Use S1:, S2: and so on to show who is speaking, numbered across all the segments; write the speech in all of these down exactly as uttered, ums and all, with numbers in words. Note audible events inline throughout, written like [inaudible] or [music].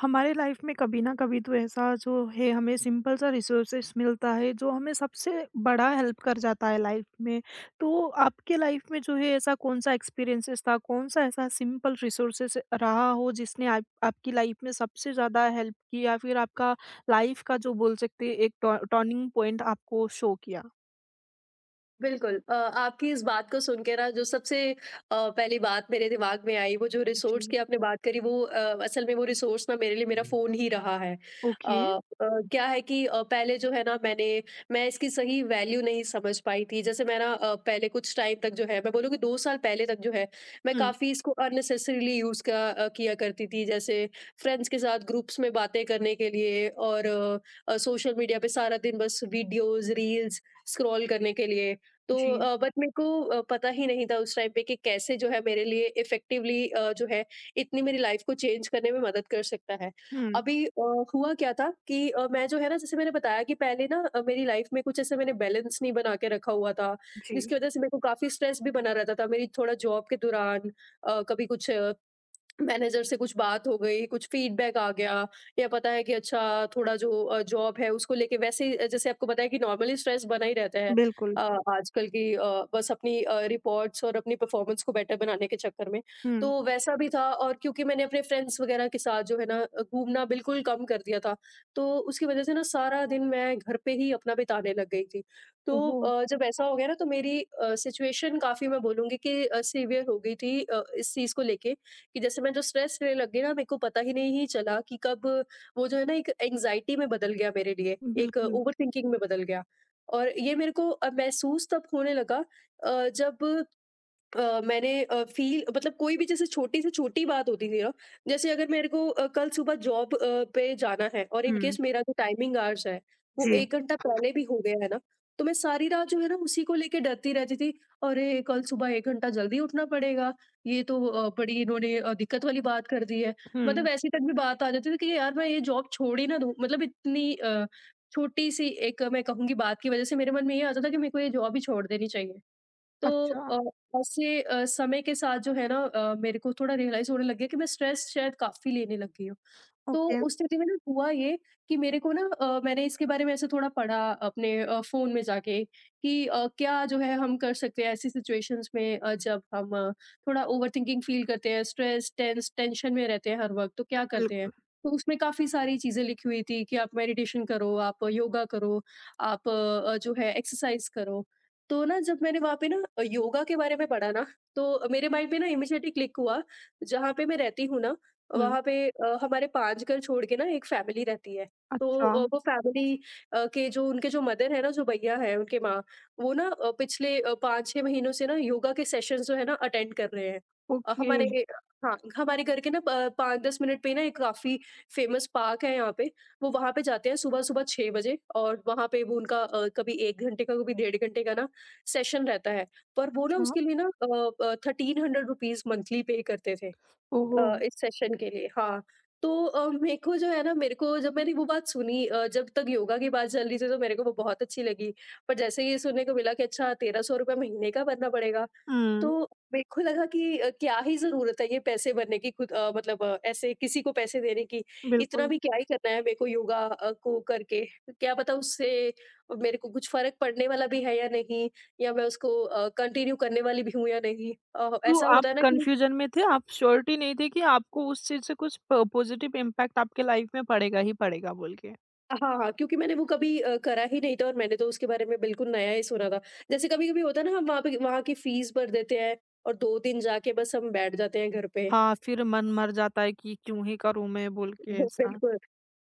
S1: हमारे लाइफ में कभी ना कभी तो ऐसा जो है हमें सिंपल सा रिसोर्सेस मिलता है जो हमें सबसे बड़ा हेल्प कर जाता है लाइफ में। तो आपके लाइफ में जो है ऐसा कौन-सा एक्सपीरियंसेस था, कौन-सा ऐसा सिंपल रिसोर्सेस रहा हो जिसने आप आपकी लाइफ में सबसे ज़्यादा हेल्प की या फिर आपका लाइफ का जो बोल सकते हैं एक टॉ टर्निंग पॉइंट आपको शो किया?
S2: बिल्कुल। अ, आपकी इस बात को सुन के ना जो सबसे अ, पहली बात मेरे दिमाग में आई, वो जो
S1: जी,
S2: रिसोर्स की आपने बात करी वो अ, असल में वो रिसोर्स ना मेरे लिए मेरा हुँ। फ़ोन ही रहा है। अ
S1: ओके।
S2: अ, क्या है कि अ, पहले जो है ना मैंने मैं इसकी सही वैल्यू नहीं समझ पाई थी। जैसे मैं ना अ, पहले कुछ टाइम तक जो है, मैं बोलूँगी दो साल पहले तक जो है मैं
S1: हुँ,
S2: काफ़ी इसको अननेसेसरीली यूज़ का अ, किया करती थी। जैसे फ्रेंड्स के साथ ग्रुप्स में बातें करने के लिए और अ, सोशल मीडिया पे सारा दिन बस वीडियोज़, रील्स स्क्रॉल करने के लिए। तो
S1: जी,
S2: अ, बट मेरे को अ, पता ही नहीं था उस टाइम पे कि कैसे जो है मेरे लिए इफ़ेक्टिवली अ, जो है इतनी मेरी लाइफ़ को चेंज करने में मदद कर सकता है।
S1: हुँ,
S2: अभी अ, हुआ क्या था कि अ, मैं जो है ना, जैसे मैंने बताया कि पहले ना अ, मेरी लाइफ़ में कुछ ऐसे मैंने बैलेंस नहीं बना के रखा हुआ था,
S1: जी,
S2: जिसकी वज़ह से मेरे को काफ़ी स्ट्रेस भी बना रहता था। मेरी थोड़ा जॉब के दौरान अ, कभी कुछ मैनेजर से कुछ बात हो गई, कुछ फीडबैक आ गया, या पता है कि अच्छा थोड़ा जो अ, जॉब है उसको लेके वैसे ही, अ, जैसे आपको पता है कि नॉर्मली स्ट्रेस बना ही रहता है
S1: बिल्कुल,
S2: अ, आजकल की, अ, बस अपनी अ, रिपोर्ट्स और अपनी परफॉर्मेंस को बेटर बनाने के चक्कर में।
S1: हुँ।
S2: तो वैसा भी था, और क्योंकि मैंने अपने फ्रेंड्स वगैरह के साथ जो है ना अ, घूमना बिल्कुल कम कर दिया था, तो उसकी वजह से ना सारा दिन मैं घर पे ही अपना बिताने लग गई थी। तो
S1: ओहो!
S2: अ, जब ऐसा हो गया ना, तो मेरी अ, सिचुएशन काफ़ी, मैं बोलूँगी कि अ, सीवियर हो गई थी अ, इस चीज़ को लेके कि जैसे मैं जो स्ट्रेस लेने लग गई ना, मेरे को पता ही नहीं ही चला कि कब वो जो है ना एक एंग्जायटी में बदल गया मेरे लिए, एक
S1: बिल्कुल,
S2: ओवरथिंकिंग में बदल गया। और ये मेरे को अ, महसूस तब होने लगा अ, जब अ, मैंने अ, फ़ील मतलब कोई भी जैसे छोटी से छोटी बात होती थी ना, जैसे अगर मेरे को अ, कल सुबह जॉब अ, पे जाना है और इन
S1: हुँ,
S2: केस मेरा जो टाइमिंग आवर्स है, वो
S1: जी,
S2: एक घंटा पहले भी हो गया है ना, तो मैं सारी रात जो है ना उसी को लेके डरती रहती थी। अरे! कल सुबह एक घंटा जल्दी उठना पड़ेगा, ये तो अ, बड़ी इन्होंने अ, दिक्कत वाली बात कर दी है। मतलब
S1: हुँ,
S2: ऐसी तक भी बात आ जाती थी कि यार मैं ये जॉब छोड़ ही ना दूँ। मतलब इतनी अ, छोटी-सी एक अ, मैं कहूँगी बात की वज़ह से मेरे मन में ये आता था कि मेरे को ये जॉब ही छोड़ देनी चाहिए। तो
S1: अच्छा।
S2: अ, ऐसे अ, समय के साथ जो है ना अ, मेरे को थोड़ा रियलाइज़ होने लग गया कि मैं स्ट्रेस शायद काफ़ी लेने लग गई हूँ। तो
S1: ओके,
S2: उस स्थिति में ना हुआ ये कि मेरे को ना अ, मैंने इसके बारे में ऐसे थोड़ा पढ़ा अपने अ, फ़ोन में जाके कि अ, क्या जो है हम कर सकते हैं ऐसी सिचुएशंस में, अ, जब हम अ, थोड़ा ओवरथिंकिंग फ़ील करते हैं, स्ट्रेस, टेंस टेंशन में रहते हैं हर वक़्त, तो क्या करते हैं?
S1: बिल्कुल।
S2: तो उसमें काफ़ी सारी चीज़ें लिखी हुई थी कि आप मेडिटेशन करो, आप योगा करो, आप अ, जो है एक्सरसाइज़ करो। तो ना जब मैंने वहाँ पे ना अ, योगा के बारे में पढ़ा ना, तो मेरे माइंड पे ना इमीडिएटली क्लिक हुआ। जहाँ पे मैं रहती हूँ ना
S1: हुँ,
S2: वहाँ पे अ, हमारे पाँच घर छोड़ के ना एक फैमिली रहती है। तो
S1: अच्छा,
S2: अ, वो फैमिली अ, के जो, उनके जो मदर है ना, जो भैया हैं, उनके माँ, वो ना अ, पिछले अ, पाँच-छह महीनों से ना योगा के सेशंस जो है ना अटेंड कर रहे हैं। अ,
S1: ओके,
S2: हमारे हाँ, हमारे घर के ना प पाँच-दस मिनट पे ही ना एक काफ़ी फेमस पार्क है यहाँ पे। वो वहाँ पे जाते हैं सुबह-सुबह छह बजे, और वहाँ पे वो उनका अ, कभी एक घंटे का, कभी डेढ़ घंटे का ना सेशन रहता है। पर वो ना
S1: अच्छा,
S2: उसके लिए ना अ, अ, ₹तेरह सौ रुपए मंथली पे करते थे। अ,
S1: ओहो!
S2: इस सेशन के लिए हाँ। तो अ, मेरे को जो है ना मेरे को जब मैंने वो बात सुनी, अ, जब तक योगा की बात चल रही थी तो मेरे को वो बहुत अच्छी लगी। पर जैसे ही ये सुनने को मिला कि अच्छा ₹तेरह सौ रुपए महीने का भरना पड़ेगा,
S1: हुँ,
S2: तो मेरे को लगा कि अ, क्या ही ज़रूरत है ये पैसे भरने की खुद, अ, मतलब अ, ऐसे किसी को पैसे देने की। इतना
S1: बिल्कुल।
S2: भी क्या ही करना है मेरे को योगा अ, को करके। क्या पता उससे मेरे को कुछ फ़र्क पड़ने वाला भी है या नहीं, या मैं उसको अ, कंटिन्यू करने वाली भी हूँ या नहीं। अ,
S1: तो
S2: ऐसा
S1: आप
S2: होता है ना कि
S1: कन्फ्यूज़न में थे, आप श्योरिटी नहीं थे कि आपको उस चीज़ से कुछ प पॉज़िटिव इम्पैक्ट आपके लाइफ़ में पड़ेगा ही पड़ेगा बोल के।
S2: हाँ, हाँ, क्योंकि मैंने वो कभी अ, करा ही नहीं था और मैंने तो उसके बारे में बिल्कुल नया ही सुना था। जैसे कभी-कभी होता है ना, हम वहाँ पे वहाँ की फीस भर देते हैं और दो दिन जाके बस हम बैठ जाते हैं घर पे।
S1: हाँ, फिर मन मर जाता है कि क्यों ही करूँ मैं बोल के
S2: [laughs]
S1: ऐसा।
S2: बिल्कुल।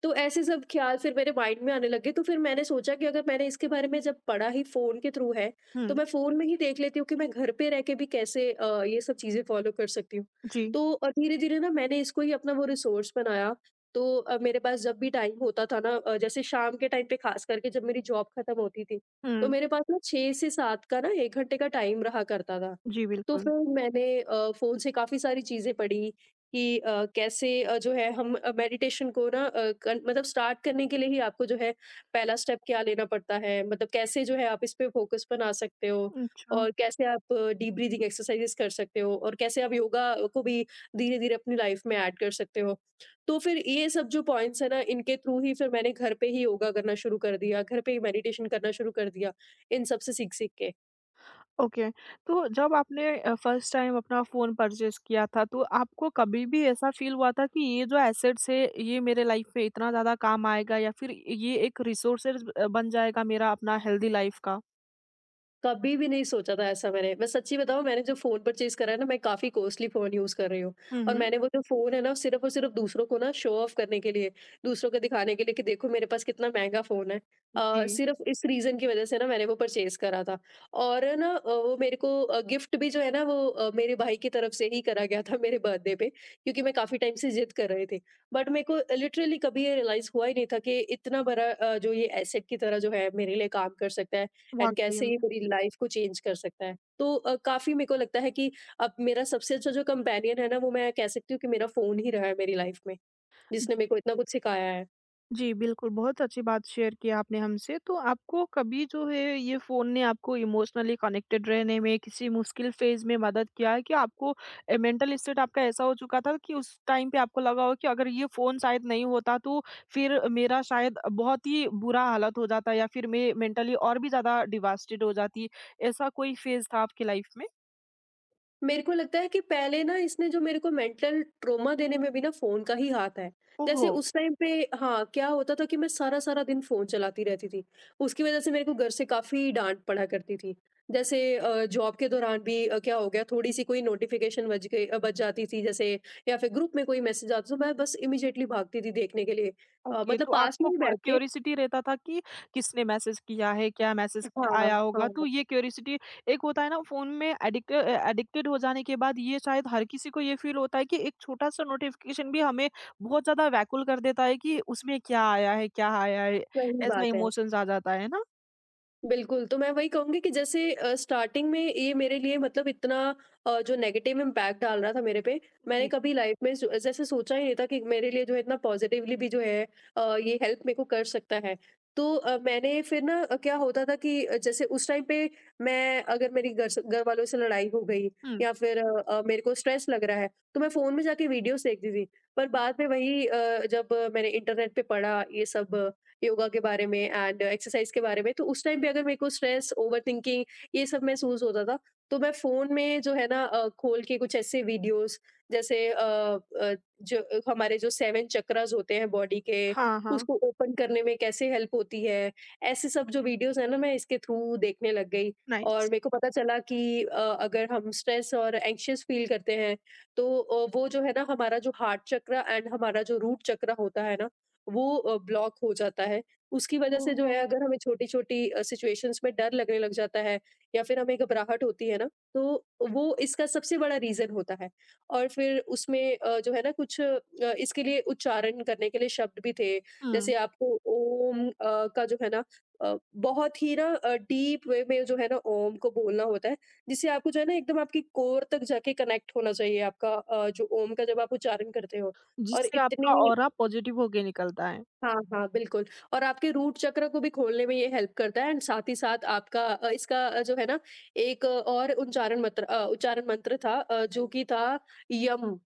S2: तो ऐसे सब ख़्याल फिर मेरे माइंड में आने लगे, तो फिर मैंने सोचा कि अगर मैंने इसके बारे में जब पढ़ा ही फ़ोन के थ्रू है, तो
S1: हुँ,
S2: मैं फ़ोन में ही देख लेती हूँ कि मैं घर पे रह के भी कैसे अ, ये सब चीज़ें फ़ॉलो कर सकती हूँ।
S1: जी।
S2: तो अ, धीरे-धीरे ना मैंने इसको ही अपना वो रिसोर्स बनाया। तो अ, मेरे पास जब भी टाइम होता था ना, अ, जैसे शाम के टाइम पे ख़ास करके जब मेरी जॉब ख़त्म होती थी, तो
S1: हुँ,
S2: मेरे पास ना छह से सात का ना एक घंटे का टाइम रहा करता था।
S1: जी,
S2: तो
S1: बिल्कुल।
S2: फिर मैंने अ, फ़ोन से काफ़ी सारी चीज़ें पढ़ी कि अ, कैसे अ, जो है हम अ, मेडिटेशन को ना अ, कन- मतलब स्टार्ट करने के लिए ही आपको जो है पहला स्टेप क्या लेना पड़ता है, मतलब कैसे जो है आप इस पे फोकस बना सकते हो,
S1: अच्छा।
S2: और कैसे आप डीप ब्रीदिंग एक्सरसाइजेस कर सकते हो, और कैसे आप योगा को भी धीरे धीरे अपनी लाइफ में ऐड कर सकते हो। तो फिर ये सब जो पॉइंट्स है ना, इनके थ्रू ही फिर मैंने घर पे ही योगा करना शुरू कर दिया, घर पे ही मेडिटेशन करना शुरू कर दिया, इन सब से सीख सीख के।
S1: ओके, तो जब आपने अ, फर्स्ट टाइम अपना फ़ोन परचेज़ किया था, तो आपको कभी भी ऐसा फ़ील हुआ था कि ये जो एसेट्स है, ये मेरे लाइफ़ में इतना ज़्यादा काम आएगा या फिर ये एक रिसोर्सेज़ अ, बन जाएगा मेरा अपना हेल्दी लाइफ़ का?
S2: कभी भी नहीं सोचा था ऐसा मैंने। मैं सच्ची बताऊँ, मैंने जो फ़ोन परचेज़ करा है ना, मैं काफ़ी कॉस्टली फ़ोन यूज़ कर रही हूँ,
S1: हुँ,
S2: और
S1: हुँ।
S2: मैंने वो जो फ़ोन है ना सिर्फ़ और सिर्फ़ दूसरों को ना शो ऑफ करने के लिए, दूसरों को दिखाने के लिए कि देखो मेरे पास कितना महँगा फ़ोन है। अ,
S1: जी,
S2: सिर्फ़ इस रीज़न की वज़ह से ना मैंने वो परचेज़ करा था, और है ना, अ, वो मेरे को अ, गिफ्ट भी जो है ना, वो अ, मेरे भाई की तरफ से ही करा गया था [laughs] मेरे बर्थडे पे, क्योंकि मैं काफ़ी टाइम से ज़िद कर रही थी। बट मेरे को लिटरली कभी ये रियलाइज़ हुआ ही नहीं था कि इतना बड़ा अ, जो ये एसेट की तरह जो है मेरे लिए काम कर सकता है, एंड
S1: वाक़ई
S2: कैसे ये
S1: में।
S2: मेरी लाइफ को चेंज कर सकता है। तो अ, काफ़ी मेरे को लगता है कि अब मेरा सबसे अच्छा जो कंपेनियन है ना, वो मैं कह सकती हूँ कि मेरा फ़ोन ही रहा है मेरी लाइफ में, जिसने मेरे को इतना कुछ सिखाया है।
S1: जी, बिल्कुल, बहुत अच्छी बात शेयर की आपने हमसे। तो आपको कभी जो है ये फ़ोन ने आपको इमोशनली कनेक्टेड रहने में, किसी मुश्किल फ़ेज़ में मदद किया है? क्या आपको अ, मेंटल स्टेट आपका ऐसा हो चुका था कि उस टाइम पे आपको लगा हो कि अगर ये फ़ोन शायद नहीं होता तो फिर मेरा शायद बहुत ही बुरा हालत हो जाता या फिर मैं मेंटली और भी ज़्यादा डिवास्टेड हो जाती। ऐसा कोई फ़ेज़ था आपकी लाइफ़ में?
S2: मेरे को लगता है कि पहले ना इसने जो मेरे को मेंटल ट्रॉमा देने में भी ना फ़ोन का ही हाथ है। जैसे
S1: ओहो!
S2: उस टाइम पे हाँ, क्या होता था कि मैं सारा-सारा दिन फ़ोन चलाती रहती थी। उसकी वज़ह से मेरे को घर से काफ़ी डाँट पड़ा करती थी। जैसे अ, जॉब के दौरान भी अ, क्या हो गया, थोड़ी-सी कोई नोटिफ़िकेशन बज गई अ, बज जाती थी, जैसे या फिर ग्रुप में कोई मैसेज आता था, तो मैं बस इमीडिएटली भागती थी देखने के लिए। अ,
S1: ओके,
S2: मतलब
S1: तो
S2: पास में
S1: आपको
S2: ही
S1: क्व
S2: बैठ के
S1: क्यूरिसिटी रहता था कि किसने मैसेज किया है, क्या मैसेज
S2: हाँ,
S1: आया होगा?
S2: हाँ,
S1: तो ये क्यूरिसिटी एक होता है ना फ़ोन में एडिक्ट अ, एडिक्टेड हो जाने के बाद ये शायद हर किसी को ये फ़ील होता है कि एक छोटा-सा नोटिफ़िकेशन भी हमें बहुत ज़्यादा व्याकुल कर देता है कि उसमें क्या आया है, क्या आया है?
S2: सही
S1: ऐसा
S2: बात है।
S1: इमोशंस आ जाता है ना?
S2: बिल्कुल, तो मैं वही कहूँगी कि जैसे अ, स्टार्टिंग में ये मेरे लिए मतलब इतना अ, जो नेगेटिव इम्पैक्ट डाल रहा था मेरे पे, मैंने
S1: जी।
S2: कभी लाइफ़ में ज जैसे सोचा ही नहीं था कि मेरे लिए जो है इतना पॉज़िटिवली भी जो है अ, ये हेल्प मेरे को कर सकता है। तो अ, मैंने फिर ना अ, क्या होता था कि अ, जैसे उस टाइम पे मैं अगर मेरी घर स घर वालों से लड़ाई हो गई,
S1: हुँ।
S2: या फिर अ अ, मेरे को स्ट्रेस लग रहा है, तो मैं फ़ोन में जाके वीडियोज़ देखती थी। पर बाद में वही, अ, जब मैंने इंटरनेट पे पढ़ा ये सब योगा के बारे में एंड एक्सरसाइज के बारे में, तो उस टाइम पे अगर मेरे को स्ट्रेस, ओवरथिंकिंग, ये सब महसूस होता था। तो मैं फ़ोन में जो है ना अ, खोल के कुछ ऐसे वीडियोज़ जैसे अ अ, जो हमारे जो सात चक्रास होते हैं बॉडी के,
S1: हाँ, हाँ।
S2: उसको ओपन करने में कैसे हेल्प होती है, ऐसे सब जो वीडियोज़ हैं ना मैं इसके थ्रू देखने लग गई। और
S1: नाइस।
S2: मेरे को पता चला कि अ, अगर हम स्ट्रेस और एंग्ज़ियस फ़ील करते हैं, तो अ, वो जो है ना हमारा जो हार्ट चक्र एंड हमारा जो रूट चक्र होता है ना वो अ, ब्लॉक हो जाता है। उसकी वजह से जो है
S1: ओह!
S2: अगर हमें छोटी-छोटी अ, सिचुएशंस में डर लगने लग जाता है या फिर हमें घबराहट होती है ना, तो वो इसका सबसे बड़ा रीज़न होता है। और फिर उसमें अ, जो है ना कुछ अ, इसके लिए उच्चारण करने के लिए शब्द भी थे। जैसे
S1: हुँ,
S2: आपको ओम अ, का जो है ना अ, बहुत ही ना अ, डीप वे में जो है ना ओम को बोलना होता है, जिससे आपको जो है ना एकदम आपकी कोर तक जाके कनेक्ट होना चाहिए आपका अ, जो ओम का जब आप उच्चारण करते हो। और
S1: जिससे आपका
S2: इतनी
S1: ऑरा पॉज़िटिव होके निकलता है।
S2: हाँ, हाँ, बिल्कुल, और आपके रूट चक्र को भी खोलने में ये हेल्प करता है एंड साथ ही साथ आपका अ, इसका अ, जो है ना एक अ, और उच्चारण मंत्र अ, उच्चारण मंत्र था अ, जो कि था यम।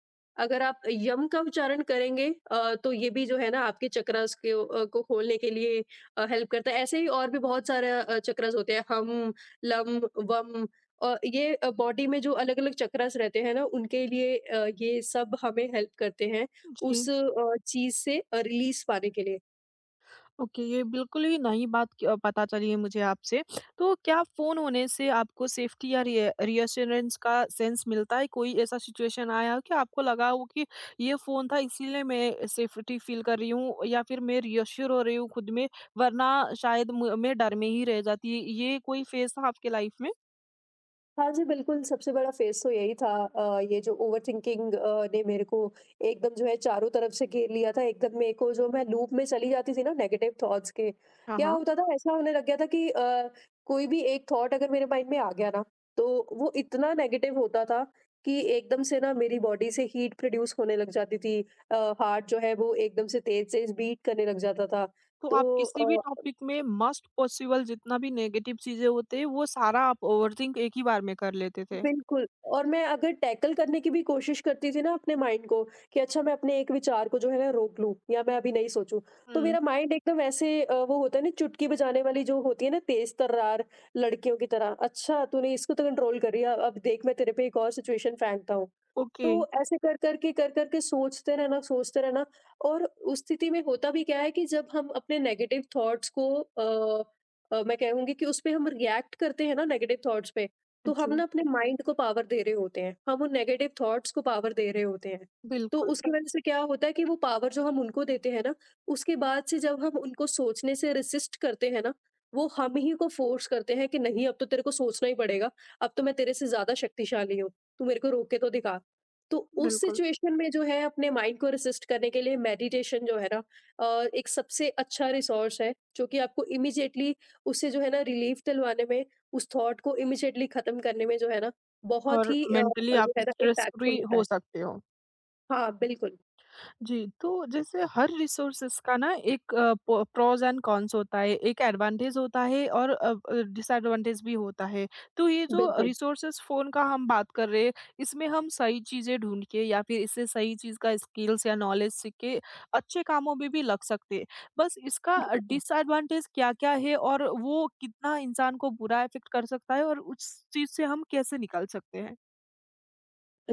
S2: अगर आप यम का उच्चारण करेंगे अ, तो ये भी जो है ना आपके चक्रस के अ, को खोलने के लिए अ, हेल्प करता है। ऐसे ही और भी बहुत सारे अ, चक्रस होते हैं हम, लम, वम, और ये अ, बॉडी में जो अलग-अलग चक्रस रहते हैं ना उनके लिए अ, ये सब हमें हेल्प करते हैं। उस
S1: जी।
S2: अ, चीज़ से अ, रिलीज़ पाने के लिए।
S1: ओके, ये बिल्कुल ही नई बात क पता चली है मुझे आपसे। तो क्या फ़ोन होने से आपको सेफ्टी या रिए रिएश्योरेंस का सेंस मिलता है? कोई ऐसा सिचुएशन आया हो कि आपको लगा हो कि ये फ़ोन था इसीलिए मैं सेफ्टी फ़ील कर रही हूँ या फिर मैं रिएश्योर हो रही हूँ खुद में, वरना शायद म मैं डर में ही रह जाती। ये कोई फ़ेज़ था आपके लाइफ़ में?
S2: हाँ जी, बिल्कुल, सबसे बड़ा फ़ेस तो यही था। अ, ये जो ओवरथिंकिंग अ, ने मेरे को एकदम जो है चारों तरफ से घेर लिया था, एकदम मेरे को जो मैं लूप में चली जाती थी ना नेगेटिव थॉट्स के।
S1: हाँ,
S2: क्या
S1: हाँ।
S2: होता था ऐसा होने लग गया था कि अ, कोई भी एक थॉट अगर मेरे माइंड में आ गया ना, तो वो इतना नेगेटिव होता था कि एकदम से ना मेरी बॉडी से हीट प्रोड्यूस होने लग जाती थी। अ, हार्ट जो है वो एकदम से तेज़-तेज़ बीट करने लग जाता था।
S1: तो आप किसी भी
S2: तो अ
S1: टॉपिक में मस्ट पॉसिबल जितना भी नेगेटिव चीज़ें होते हैं, वो सारा आप ओवरथिंक एक ही बार में कर लेते थे?
S2: बिल्कुल, और मैं अगर टैकल करने की भी कोशिश करती थी ना अपने माइंड को कि अच्छा मैं अपने एक विचार को जो है ना रोक लूँ या मैं अभी नहीं सोचूँ, तो
S1: हुँ,
S2: मेरा माइंड एकदम ऐसे अ, वो होता है ना चुटकी बजाने वाली जो होती है ना तेज़-तर्रार लड़कियों की तरह, अच्छा तूने इसको तो कंट्रोल कर रही है, अब देख मैं तेरे पे एक और सिचुएशन फेंकता हूँ। तो
S1: ओके।
S2: ऐसे कर कर के, कर कर के सोचते रहना, सोचते रहना, और उस स्थिति में होता भी क्या है कि जब हम अपने नेगेटिव थॉट्स को अ अ, मैं कहूँगी कि उसपे हम रिएक्ट करते हैं ना नेगेटिव थॉट्स पे, तो हम ना
S1: जी,
S2: अपने माइंड को पावर दे रहे होते हैं। हम उन नेगेटिव थॉट्स को पावर दे रहे होते हैं। तो
S1: बिल्कुल।
S2: उसकी वजह से क्या होता है कि वो पावर जो हम उनको देते हैं ना, उसके बाद से जब हम उनको सोचने से रेसिस्ट करते हैं ना, वो हम ही को फ़ोर्स करते हैं कि नहीं अब तो तेरे को सोचना ही पड़ेगा। अब तो मैं तेरे से ज़्यादा शक्तिशाली हूँ। तू मेरे को रोक के तो दिखा। तो उस
S1: बिल्कुल।
S2: सिचुएशन में जो है अपने माइंड को रेसिस्ट करने के लिए मेडिटेशन जो है ना अ, एक सबसे अच्छा रिसोर्स है जो कि आपको इमिजिएटली उससे जो है ना रिलीफ दिलवाने में, उस थॉट को इमिजिएटली खत्म करने में जो है ना बहुत
S1: और
S2: ही अ,
S1: मेंटली
S2: जो
S1: आप
S2: है ना
S1: स्ट्रेस
S2: इम्पैक्टफुल
S1: फ्री
S2: होता
S1: हो
S2: है।
S1: सकते हो।
S2: हाँ, बिल्कुल,
S1: जी, तो जैसे हर रिसोर्सेस का ना एक अ, प प्रोस एंड कॉन्स होता है, एक एडवांटेज होता है और अ अ, डिसएडवांटेज भी होता है। तो ये जो रिसोर्सेस फ़ोन का हम बात कर रहे हैं, इसमें हम सही चीज़ें ढूँढ के या फिर इससे सही चीज़ का स्किल्स या नॉलेज सीख के अच्छे कामों में भी लग सकते हैं। बस इसका अ,
S2: बिल्कुल।
S1: डिसएडवांटेज क्या-क्या है और वो कितना इंसान को बुरा इफ़ेक्ट कर सकता है और उस चीज़ से हम कैसे निकल सकते हैं?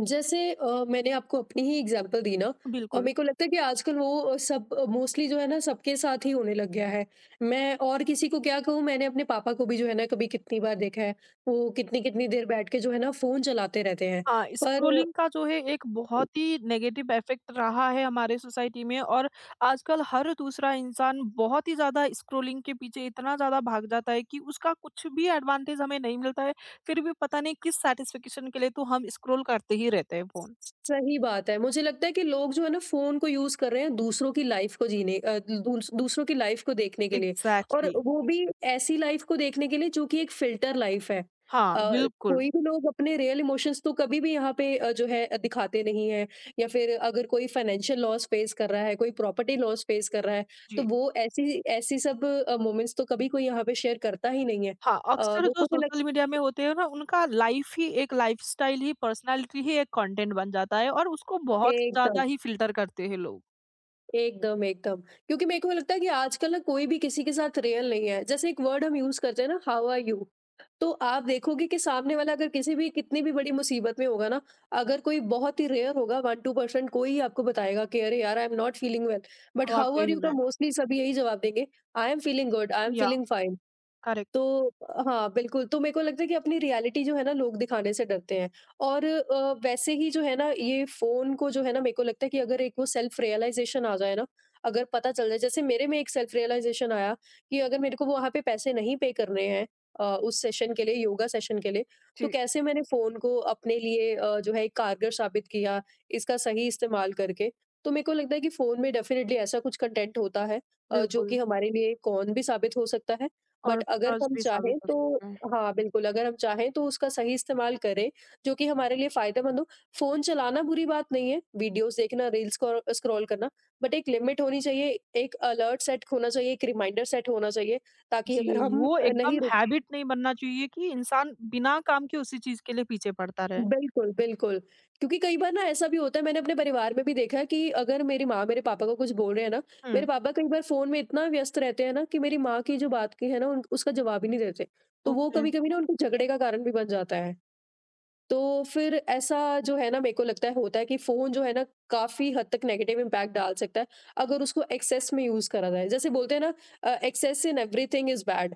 S2: जैसे अ, मैंने आपको अपनी ही एग्जांपल दी ना, और
S1: बिल्कुल।
S2: मेरे को लगता है कि आजकल वो अ, सब मोस्टली जो है ना सबके साथ ही होने लग गया है। मैं और किसी को क्या कहूँ, मैंने अपने पापा को भी जो है ना कभी कितनी बार देखा है, वो कितनी-कितनी देर बैठ के जो है ना फ़ोन चलाते रहते हैं।
S1: हाँ,
S2: पर
S1: स्क्रोलिंग का जो है एक बहुत ही नेगेटिव इफेक्ट रहा है हमारे सोसाइटी में और आजकल हर दूसरा इंसान बहुत ही ज़्यादा स्क्रोलिंग के पीछे इतना ज़्यादा भाग जाता है कि उसका कुछ भी एडवांटेज हमें नहीं मिलता है, फिर भी पता नहीं किस सैटिस्फैक्शन के लिए तो हम स्क्रोल करते ही रहते हैं फ़ोन।
S2: सही बात है। मुझे लगता है कि लोग जो है ना फ़ोन को यूज़ कर रहे हैं दूसरों की लाइफ़ को जीने अ, दूस दूसरों की लाइफ़ को देखने के लिए, और
S1: एग्ज़ैक्टली।
S2: वो भी ऐसी लाइफ़ को देखने के लिए जो कि एक फ़िल्टर लाइफ़ है। अ,
S1: हाँ, बिल्कुल।
S2: कोई भी लोग अपने रियल इमोशंस तो कभी भी यहाँ पे अ, जो है अ, दिखाते नहीं हैं, या फिर अगर कोई फ़ाइनेंशियल लॉस फ़ेस कर रहा है, कोई प्रॉपर्टी लॉस फ़ेस कर रहा है, तो
S1: जी।
S2: वो ऐसी ऐसी सब अ, मोमेंट्स तो कभी कोई यहाँ पे शेयर करता ही नहीं है।
S1: हाँ,
S2: अ,
S1: अक्सर जो
S2: मुझे लग
S1: सोशल मीडिया में होते हैं ना उनका लाइफ़ ही एक लाइफ़स्टाइल ही, पर्सनैलिटी ही एक कंटेंट बन जाता है और उसको बहुत ज़्यादा
S2: एकदम।
S1: ही फ़िल्टर करते हैं लोग,
S2: एकदम, एकदम। क्योंकि मेरे को लगता है कि आजकल ना कोई भी किसी के साथ रियल नहीं है। जैसे एक वर्ड हम यूज़ करते हैं ना, हाउ आर यू? तो आप देखोगे कि सामने वाला अगर किसी भी कितनी भी बड़ी मुसीबत में होगा ना, अगर कोई बहुत ही रेयर होगा, वन टू परसेंट कोई ही आपको बताएगा कि अरे यार, I am not feeling well. But how are
S1: वाक़ई
S2: यू? का
S1: में।
S2: मोस्टली सभी यही जवाब देंगे, I am feeling good, I am
S1: या
S2: फीलिंग फाइन।
S1: करेक्ट,
S2: तो हाँ, बिल्कुल, तो मेरे को लगता है कि अपनी रियलिटी जो है ना लोग दिखाने से डरते हैं। और अ, वैसे ही जो है ना ये फ़ोन को जो है ना मेरे को लगता है कि अगर एक वो सेल्फ रियलाइज़ेशन आ जाए ना, अगर पता चल जाए, जैसे मेरे में एक सेल्फ रियलाइज़ेशन आया कि अगर मेरे को वहाँ पे पैसे नहीं पे करने हैं अ, उस सेशन के लिए, योगा सेशन के लिए, तो
S1: जी,
S2: कैसे मैंने फ़ोन को अपने लिए अ, जो है एक कारगर साबित किया, इसका सही इस्तेमाल करके। तो मेरे को लगता है कि फ़ोन में डेफ़िनिटली ऐसा कुछ कंटेंट होता है अ, जो
S1: बिल्कुल
S2: कि हमारे लिए कौन भी साबित हो सकता है। बट
S1: और
S2: अगर
S1: ट्रस्ट
S2: हम
S1: भी साबित
S2: चाहें
S1: हो
S2: तो,
S1: सकता है।
S2: हाँ, बिल्कुल, अगर हम चाहें तो उसका सही इस्तेमाल करें, जो कि हमारे लिए फ़ायदेमंद हो। फ़ोन चलाना बुरी बात नहीं है, वीडियोज़ देखना, रील्स स्क्रॉ स्क्रॉल करना, बट एक लिमिट होनी चाहिए, एक अलर्ट सेट होना चाहिए, एक रिमाइंडर सेट होना चाहिए, ताकि अगर
S1: जी,
S2: हम
S1: वो
S2: अ, नहीं
S1: एकदम
S2: रुक।
S1: हैबिट नहीं बनना चाहिए कि इंसान बिना काम के उसी चीज़ के लिए पीछे पड़ता रहे।
S2: बिल्कुल, बिल्कुल। क्योंकि कई बार ना ऐसा भी होता है, मैंने अपने परिवार में भी देखा है कि अगर मेरी माँ मेरे पापा को कुछ बोल रहे हैं ना,
S1: हुँ,
S2: मेरे पापा कई बार फ़ोन में इतना व्यस्त रहते हैं ना कि मेरी माँ की जो बात की है ना उन उसका जवाब ही नहीं देते। तो वो
S1: ओके।
S2: कभी-कभी ना उनके झगड़े का कारण भी बन जाता है। तो फिर ऐसा जो है ना मेरे को लगता है होता है कि फ़ोन जो है ना काफ़ी हद तक नेगेटिव इम्पैक्ट डाल सकता है, अगर उसको एक्सेस में यूज़ करा जाए। जैसे बोलते हैं ना, अ, "excess in everything is bad."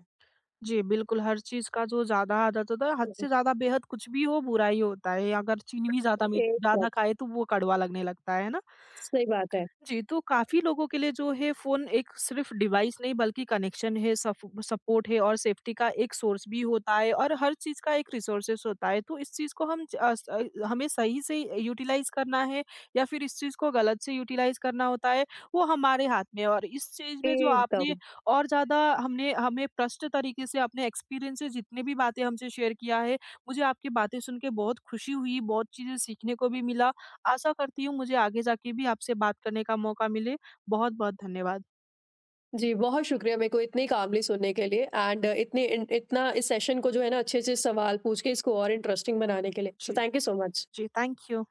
S1: जी, बिल्कुल हर चीज़ का जो ज़्यादा आदत होता है, हद से ज़्यादा बेहद कुछ भी हो बुरा ही होता है। अगर चीनी भी ज़्यादा में
S2: एकदम,
S1: ज़्यादा खाए तो वो कड़वा लगने लगता है, है ना?
S2: सही बात है।
S1: जी, तो काफ़ी लोगों के लिए जो है फ़ोन एक सिर्फ़ डिवाइस नहीं बल्कि कनेक्शन है, सफ सपोर्ट है और सेफ़्टी का एक सोर्स भी होता है और हर चीज़ का एक रिसोर्सेज़ होता है। तो इस चीज़ को हम ज अ, स अ, हमें सही से यूटिलाइज़ करना है या फिर इस चीज़ को गलत से यूटिलाइज़ करना होता है, वो हमारे हाथ में है और इस चीज़ में जो आपने
S2: एकदम।
S1: और ज़्यादा हमने हमें प्रष्ट तरीके से अपने एक्सपीरियंस से जितनी भी बातें हमसे शेयर किया है, मुझे आपकी बातें सुन के बहुत खुशी हुई, बहुत चीज़ें सीखने को भी मिला। आशा करती हूँ मुझे आगे जाके भी आपसे बात करने का मौका मिले। बहुत-बहुत धन्यवाद।
S2: जी, बहुत शुक्रिया मेरे को इतनी कामली सुनने के लिए एंड इतनी इन इतना इस सेशन को जो है ना अच्छे से सवाल पूछ के इसको और इंटरेस्टिंग बनाने के लिए। सो
S1: जी,
S2: थैंक यू सो मच।
S1: जी, थैंक यू।